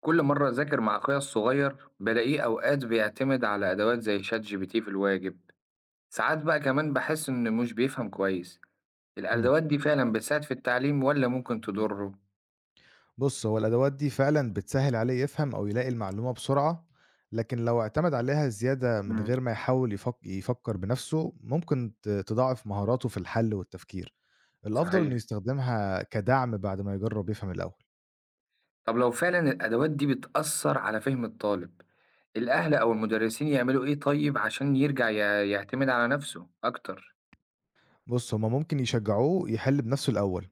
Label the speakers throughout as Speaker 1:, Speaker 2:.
Speaker 1: كل مرة أذاكر مع أخويا الصغير بلاقيه أوقات بيعتمد على أدوات زي شات جي بي تي في الواجب. ساعات بقى كمان بحس إنه مش بيفهم كويس.
Speaker 2: إمم.
Speaker 1: الأدوات دي فعلا بتساعد في التعليم ولا ممكن تضره؟
Speaker 2: بُص، هو الأدوات دي فعلًا بتسهِّل عليه يفهم أو يلاقي المعلومة بسرعة، لكن لو اعتمد عليها زيادة من
Speaker 1: مم.
Speaker 2: غير ما يحاول يفك يفكّر بنَفْسه، ممكن تضاعف مهاراته في الحَل والتفكير. الأفضل
Speaker 1: صحيح.
Speaker 2: إنه يستخدمها كدعم بعد ما يجرّب يفهم الأول.
Speaker 1: طب لو فعلا الأدوات دي بتأثر على فهم الطالب، الأهل أو المدرسين يعملوا إيه طيب عشان يرجع يعتمد على نفسه أكتر؟
Speaker 2: بُص، هُم ممكن يشجّعوه يحِل بنَفْسه الأول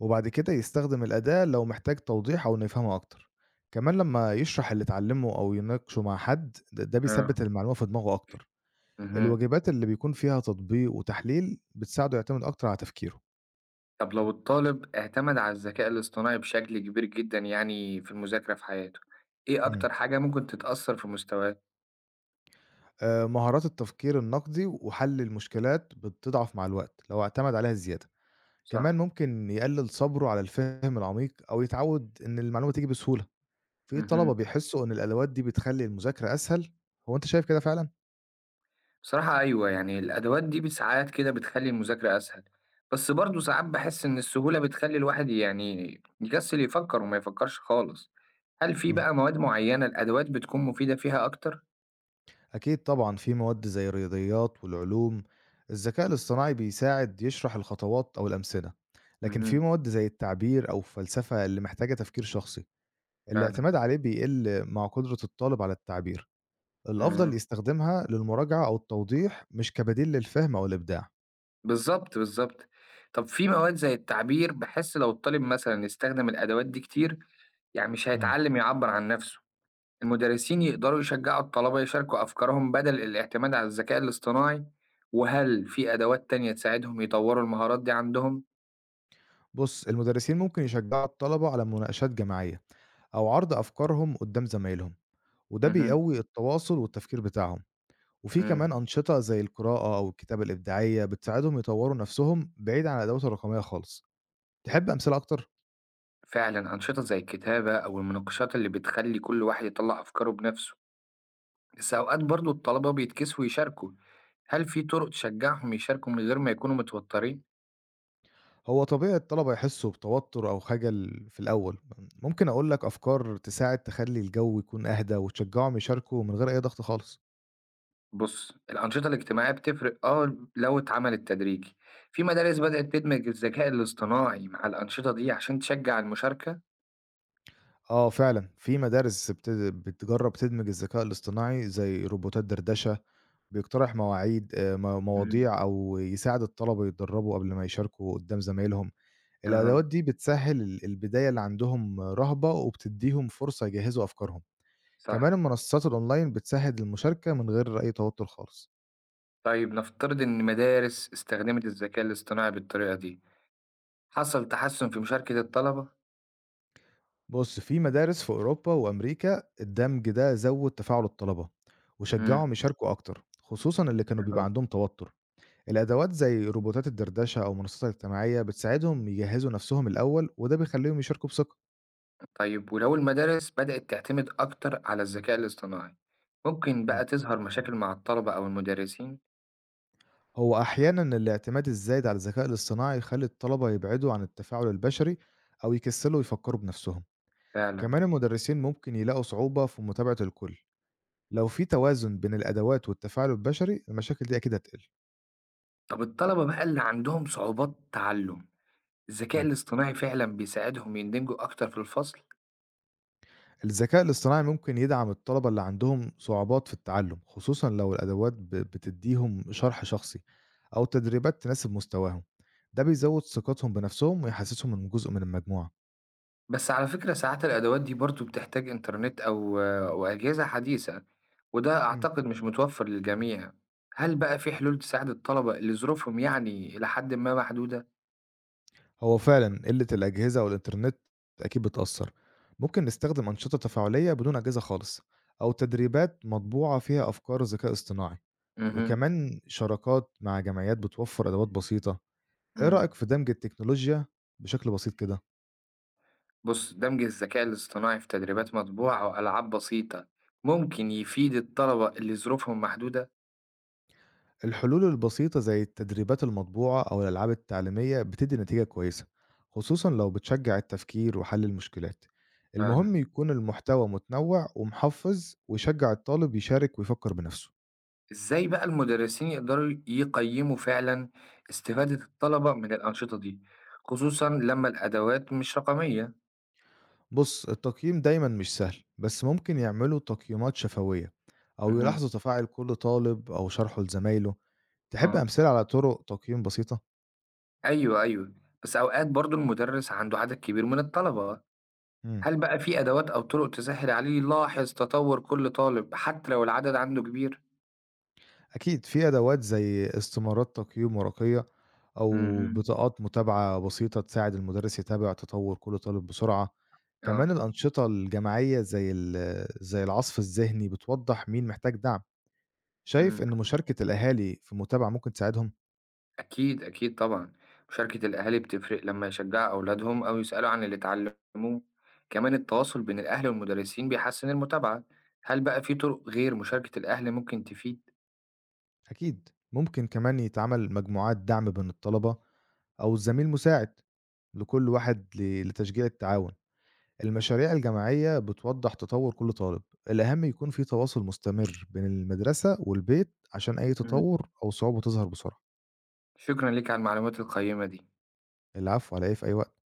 Speaker 2: وبعد كده يستخدم الأداة لو محتاج توضيح أو إنه يفهمها أكتر. كمان لمّا يشرح اللي اتعلّمه أو يناقشه مع حد، ده
Speaker 1: اه.
Speaker 2: بيثبِّت المعلومة في دماغه أكتر.
Speaker 1: مهم.
Speaker 2: الوجبات اللي بيكون فيها تطبيق وتحليل بتساعده يعتمد أكتر على تفكيره.
Speaker 1: طب لو الطالب اعتمد على الذكاء الاصطناعي بشكل كبير جدا يعني في المذاكرة في حياته، ايه
Speaker 2: إمم.
Speaker 1: اكتر حاجة ممكن تتأثر في مستواه؟
Speaker 2: مهارات التفكير النقدي وحل المشكلات بتضعف مع الوقت لو اعتمد عليها زيادة.
Speaker 1: صح.
Speaker 2: كمان ممكن يقلل صبره على الفهم العميق أو يتعود إن المعلومة تيجي بسهولة. في طلبة
Speaker 1: امم.
Speaker 2: بيحسوا إن الأدوات دي بتخلّي المذاكرة أسهل، هو أنت شايف كده فعلًا؟
Speaker 1: بصراحة ايوه، يعني الادوات دي ساعات كده بتخلي المذاكرة اسهل، بس برضه ساعات بحس ان السهولة بتخلي الواحد يعني يكسل يفكر وما يفكرش خالص. هل في
Speaker 2: إمم.
Speaker 1: بقى مواد معينة الادوات بتكون مفيدة فيها اكتر؟
Speaker 2: أكيد طبعًا في مواد زي الرياضيات والعلوم، الذكاء الاصطناعي بيساعد يشرح الخطوات أو الأمثلة، لكن في
Speaker 1: امم.
Speaker 2: مواد زي التعبير أو الفلسفة اللي محتاجة تفكير شخصي،
Speaker 1: فعلا.
Speaker 2: الاعتماد عليه بيقل مع قدرة الطالب على التعبير، الأفضل
Speaker 1: امم.
Speaker 2: يستخدمها للمراجعة أو التوضيح مش كبديل للفهم أو الإبداع.
Speaker 1: بالضبط، بالضبط. طب في مواد زي التعبير باحس لو الطالب مثلًا استخدم الأدوات دي كتير، يعني مش
Speaker 2: مم.
Speaker 1: هيتعلم يعبّر عن نفسه. المدرسين يقدروا يشجعوا الطلبة يشاركوا أفكارهم بدل الاعتماد على الذكاء الاصطناعي، وهل في أدوات تانية تساعدهم يطوروا المهارات دي عندهم؟
Speaker 2: بُص، المدرسين ممكن يشجعوا الطلبة على مناقشات جماعية أو عرض أفكارهم قدام زمايلهم، وده
Speaker 1: اهم.
Speaker 2: بيقوي التواصل والتفكير بتاعهم. وفي
Speaker 1: إمم.
Speaker 2: كمان أنشطة زي القراءة أو الكتابة الإبداعية بتساعدهم يطوروا نفسهم بعيد عن الأدوات الرقمية خالص. تحب أمثلة أكتر؟
Speaker 1: فعلًا أنشطة زي الكتابة أو المناقشات اللي بتخلّي كل واحد يطلّع أفكاره بنفسه، بس أوقات برضه الطلبة بيتكسفوا يشاركوا، هل في طرق تشجعهم يشاركوا من غير ما يكونوا متوترين؟
Speaker 2: هو طبيعي الطلبة يحسوا بتوتر أو خجل في الأول. ممكن أقول لك أفكار تساعد تخلي الجو يكون أهدى وتشجعهم يشاركوا من غير أي ضغط خالص.
Speaker 1: بُص، الأنشطة الاجتماعية بتفرق آه لو اتعملت تدريجي، في مدارس بدأت تدمج الذكاء الاصطناعي مع الأنشطة دي عشان تشجع المشاركة.
Speaker 2: آه فعلا في مدارس بتجرب تدمج الذكاء الاصطناعي زي روبوتات دردشة بيقترح مواعيد
Speaker 1: إمم.
Speaker 2: مواضيع أو يساعد الطلبة يتدربوا قبل ما يشاركوا قدام زمايلهم.
Speaker 1: أها.
Speaker 2: الأدوات دي بتسهّل البداية اللي عندهم رهبة، وبتدّيهم فرصة يجهّزوا أفكارهم. كمان
Speaker 1: صح.
Speaker 2: المنصات الأونلاين بتسهّل المشاركة من غير أي توتر خالص.
Speaker 1: طيب نفترض إن مدارس استخدمت الذكاء الاصطناعي بالطريقة دي، حصل تحسن في مشاركة الطلبة؟
Speaker 2: بُص، في مدارس في أوروبا وأمريكا الدمج ده زوّد تفاعل الطلبة،
Speaker 1: إمم.
Speaker 2: وشجّعهم يشاركوا أكتر، خصوصًا اللي كانوا بيبقى
Speaker 1: أها.
Speaker 2: عندهم توتر. الأدوات زي روبوتات الدردشة أو المنصات الاجتماعية بتساعدهم يجهّزوا نفسهم الأول، وده بيخلّيهم يشاركوا بثقة.
Speaker 1: طيب ولو المدارس بدأت تعتمد أكتر على الذكاء الاصطناعي، ممكن
Speaker 2: إمم.
Speaker 1: بقى تظهر مشاكل مع الطلبة أو المدرسين؟
Speaker 2: هو أحيانًا الاعتماد الزايد على الذكاء الاصطناعي يخلّي الطلبة يبعدوا عن التفاعل البشري أو يكسّلوا يفكّروا بنفسهم،
Speaker 1: فعلًا.
Speaker 2: كمان المدرسين ممكن يلاقوا صعوبة في متابعة الكل، لو في توازن بين الأدوات والتفاعل البشري المشاكل دي أكيد هتقل.
Speaker 1: طب الطلبة بقى اللي عندهم صعوبات تعلُّم، الذكاء
Speaker 2: إمم.
Speaker 1: الاصطناعي فعلا بيساعدهم يندمجوا أكتر في الفصل؟
Speaker 2: الذكاء الاصطناعي ممكن يدعم الطلبة اللي عندهم صعوبات في التعلُّم، خصوصًا لو الأدوات بتدّيهم شرح شخصي أو تدريبات تناسب مستواهم، ده بيزوّد ثقتهم بنفسهم ويحسّسهم إنّهم جزء من المجموعة.
Speaker 1: بس على فكرة ساعات الأدوات دي برضو بتحتاج إنترنت أو أجهزة حديثة، وده
Speaker 2: إمم.
Speaker 1: أعتقد مش متوفر للجميع. هل بقى في حلول تساعد الطلبة اللي ظروفهم يعني إلى حد ما محدودة؟
Speaker 2: هو فعلًا قِلّة الأجهزة والإنترنت أكيد بتأثّر، ممكن نستخدم أنشطة تفاعلية بدون أجهزة خالص، أو تدريبات مطبوعة فيها أفكار ذكاء اصطناعي،
Speaker 1: مهم.
Speaker 2: وكمان شراكات مع جمعيات بتوفّر أدوات بسيطة. إيه رأيك
Speaker 1: مم.
Speaker 2: في دمج التكنولوجيا بشكل بسيط كده؟
Speaker 1: بص، دمج الذكاء الاصطناعي في تدريبات مطبوعة وألعاب بسيطة ممكن يفيد الطلبة اللي ظروفهم محدودة؟
Speaker 2: الحلول البسيطة زي التدريبات المطبوعة أو الألعاب التعليمية بتدّي نتيجة كويسة، خصوصًا لو بتشجّع التفكير وحَل المشكلات، المهم
Speaker 1: فعلا.
Speaker 2: يكون المحتوى متنوع ومحفّز ويشجّع الطالب يشارك ويفكّر بنَفْسه.
Speaker 1: ازاي بقى المدرسين يقدروا يقيموا فعلا استفادة الطلبة من الأنشطة دي، خصوصا لما الأدوات مش رقمية؟
Speaker 2: بُص، التقييم دايمًا مش سهل، بس ممكن يعملوا تقييمات شفوية أو
Speaker 1: مهم.
Speaker 2: يلاحظوا تفاعل كل طالب أو شرحه لزمايله. تحب
Speaker 1: اه.
Speaker 2: أمثلة على طرق تقييم بسيطة؟
Speaker 1: ايوه، ايوه. بس اوقات برضو المدرس عنده عدد كبير من الطلبة،
Speaker 2: إمم،
Speaker 1: هل بقى في أدوات أو طرق تسهل عليه يلاحظ تطور كل طالب حتى لو العدد عنده كبير؟
Speaker 2: أكيد في أدوات زي استمارات تقييم ورقية أو
Speaker 1: مهم.
Speaker 2: بطاقات متابعة بسيطة تساعد المدرس يتابع تطور كل طالب بسرعة. كمان
Speaker 1: اه.
Speaker 2: الأنشطة الجماعية زي زي العصف الذهني بتوضح مين محتاج دعم. شايف
Speaker 1: مم.
Speaker 2: إن مشاركة الأهالي في المتابعة ممكن تساعدهم؟
Speaker 1: أكيد، أكيد طبعًا، مشاركة الأهالي بتفرق لمّا يشجعوا أولادهم أو يسألوا عن اللي اتعلموه، كمان التواصل بين الأهل والمدرسين بيحسّن المتابعة، هل بقى في طرق غير مشاركة الأهل ممكن تفيد؟
Speaker 2: أكيد، ممكن كمان يتعمل مجموعات دعم بين الطلبة أو الزميل مساعد لكل واحد لتشجيع التعاون، المشاريع الجماعية بتوضح تطور كل طالب، الأهم يكون في تواصل مستمر بين المدرسة والبيت عشان أي
Speaker 1: إمم.
Speaker 2: تطور أو صعوبة تظهر بسرعة.
Speaker 1: شكرًا ليك على المعلومات القيّمة دي.
Speaker 2: العفو، على إيه، في أي وقت.